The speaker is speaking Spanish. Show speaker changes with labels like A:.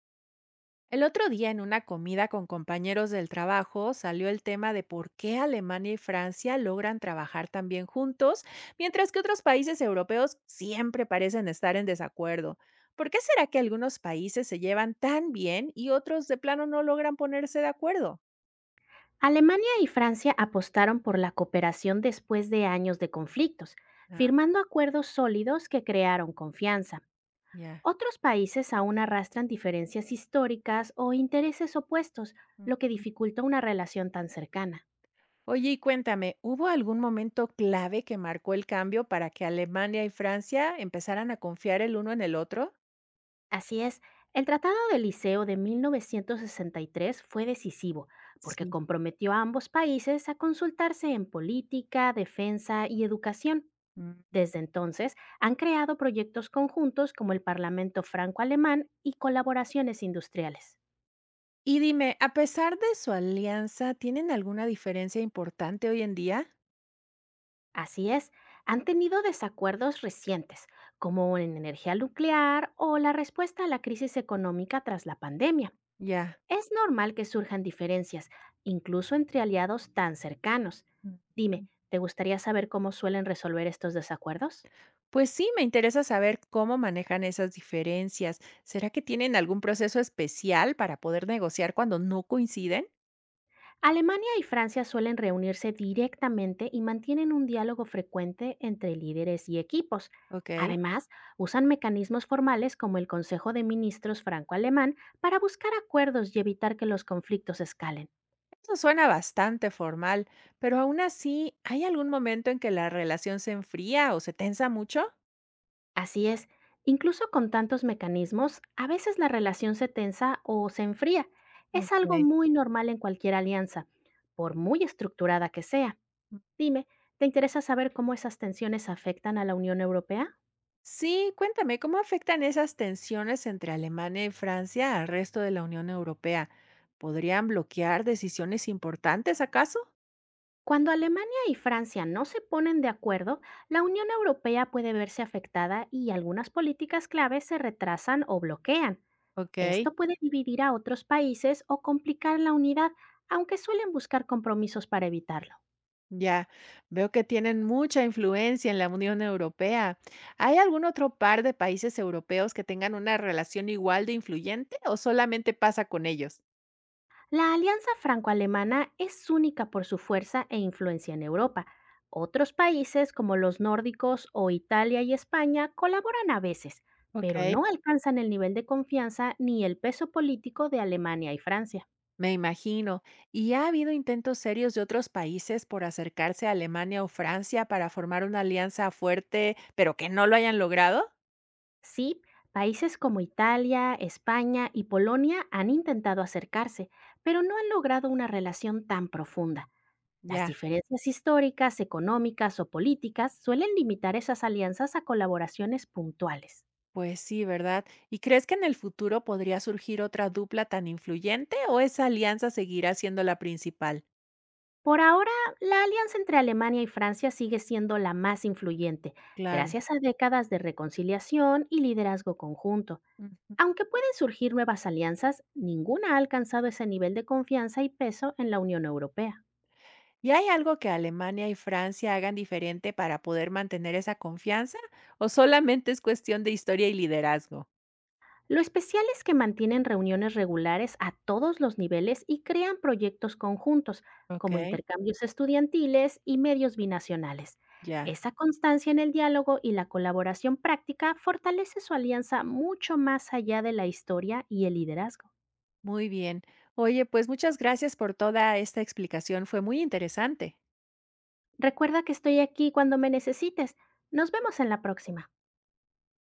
A: El otro día en una comida con compañeros del trabajo salió el tema de por qué Alemania y Francia logran trabajar tan bien juntos, mientras que otros países europeos siempre parecen estar en desacuerdo. ¿Por qué será que algunos países se llevan tan bien y otros de plano no logran ponerse de acuerdo?
B: Alemania y Francia apostaron por la cooperación después de años de conflictos,
A: Ah,
B: firmando acuerdos sólidos que crearon confianza.
A: ya.
B: Otros países aún arrastran diferencias históricas o intereses opuestos,
A: Ujú.
B: lo que dificulta una relación tan cercana.
A: Oye, y cuéntame, ¿hubo algún momento clave que marcó el cambio para que Alemania y Francia empezaran a confiar el uno en el otro?
B: Así es, el Tratado de Liceo de 1963 fue decisivo, porque
A: Sí.
B: comprometió a ambos países a consultarse en política, defensa y educación. Desde entonces, han creado proyectos conjuntos como el Parlamento Franco-Alemán y colaboraciones industriales.
A: Y dime, a pesar de su alianza, ¿tienen alguna diferencia importante hoy en día?
B: Así es, han tenido desacuerdos recientes, como en energía nuclear o la respuesta a la crisis económica tras la pandemia.
A: Ya.
B: Es normal que surjan diferencias, incluso entre aliados tan cercanos.
A: Ujú.
B: Dime, ¿te gustaría saber cómo suelen resolver estos desacuerdos?
A: Pues sí, me interesa saber cómo manejan esas diferencias. ¿Será que tienen algún proceso especial para poder negociar cuando no coinciden?
B: Alemania y Francia suelen reunirse directamente y mantienen un diálogo frecuente entre líderes y equipos.
A: Ok.
B: Además, usan mecanismos formales como el Consejo de Ministros franco-alemán para buscar acuerdos y evitar que los conflictos escalen.
A: Eso suena bastante formal, pero aún así, ¿hay algún momento en que la relación se enfría o se tensa mucho?
B: Así es, incluso con tantos mecanismos, a veces la relación se tensa o se enfría. Es algo
A: Ok.
B: muy normal en cualquier alianza, por muy estructurada que sea. Dime, ¿te interesa saber cómo esas tensiones afectan a la Unión Europea?
A: Sí, cuéntame, ¿cómo afectan esas tensiones entre Alemania y Francia al resto de la Unión Europea? ¿Podrían bloquear decisiones importantes, acaso?
B: Cuando Alemania y Francia no se ponen de acuerdo, la Unión Europea puede verse afectada y algunas políticas clave se retrasan o bloquean.
A: Ok,
B: Esto puede dividir a otros países o complicar la unidad, aunque suelen buscar compromisos para evitarlo.
A: ya. Veo que tienen mucha influencia en la Unión Europea. ¿Hay algún otro par de países europeos que tengan una relación igual de influyente o solamente pasa con ellos?
B: La alianza franco-alemana es única por su fuerza e influencia en Europa. Otros países como los nórdicos o Italia y España colaboran a veces, pero
A: Ok.
B: no alcanzan el nivel de confianza ni el peso político de Alemania y Francia.
A: Me imagino. ¿Y ha habido intentos serios de otros países por acercarse a Alemania o Francia para formar una alianza fuerte, pero que no lo hayan logrado?
B: Sí, países como Italia, España y Polonia han intentado acercarse, pero no han logrado una relación tan profunda. Las
A: Ya,
B: diferencias históricas, económicas o políticas suelen limitar esas alianzas a colaboraciones puntuales.
A: pues sí, ¿verdad? ¿Y crees que en el futuro podría surgir otra dupla tan influyente o esa alianza seguirá siendo la principal?
B: Por ahora, la alianza entre Alemania y Francia sigue siendo la más influyente,
A: Claro.
B: gracias a décadas de reconciliación y liderazgo conjunto.
A: Mm.
B: Aunque pueden surgir nuevas alianzas, ninguna ha alcanzado ese nivel de confianza y peso en la Unión Europea.
A: ¿Y hay algo que Alemania y Francia hagan diferente para poder mantener esa confianza? ¿O solamente es cuestión de historia y liderazgo?
B: Lo especial es que mantienen reuniones regulares a todos los niveles y crean proyectos conjuntos,
A: Ok,
B: como intercambios estudiantiles y medios binacionales.
A: ya.
B: Esa constancia en el diálogo y la colaboración práctica fortalece su alianza mucho más allá de la historia y el liderazgo.
A: Muy bien. Oye, pues muchas gracias por toda esta explicación. Fue muy interesante.
B: Recuerda que estoy aquí cuando me necesites. Nos vemos en la próxima.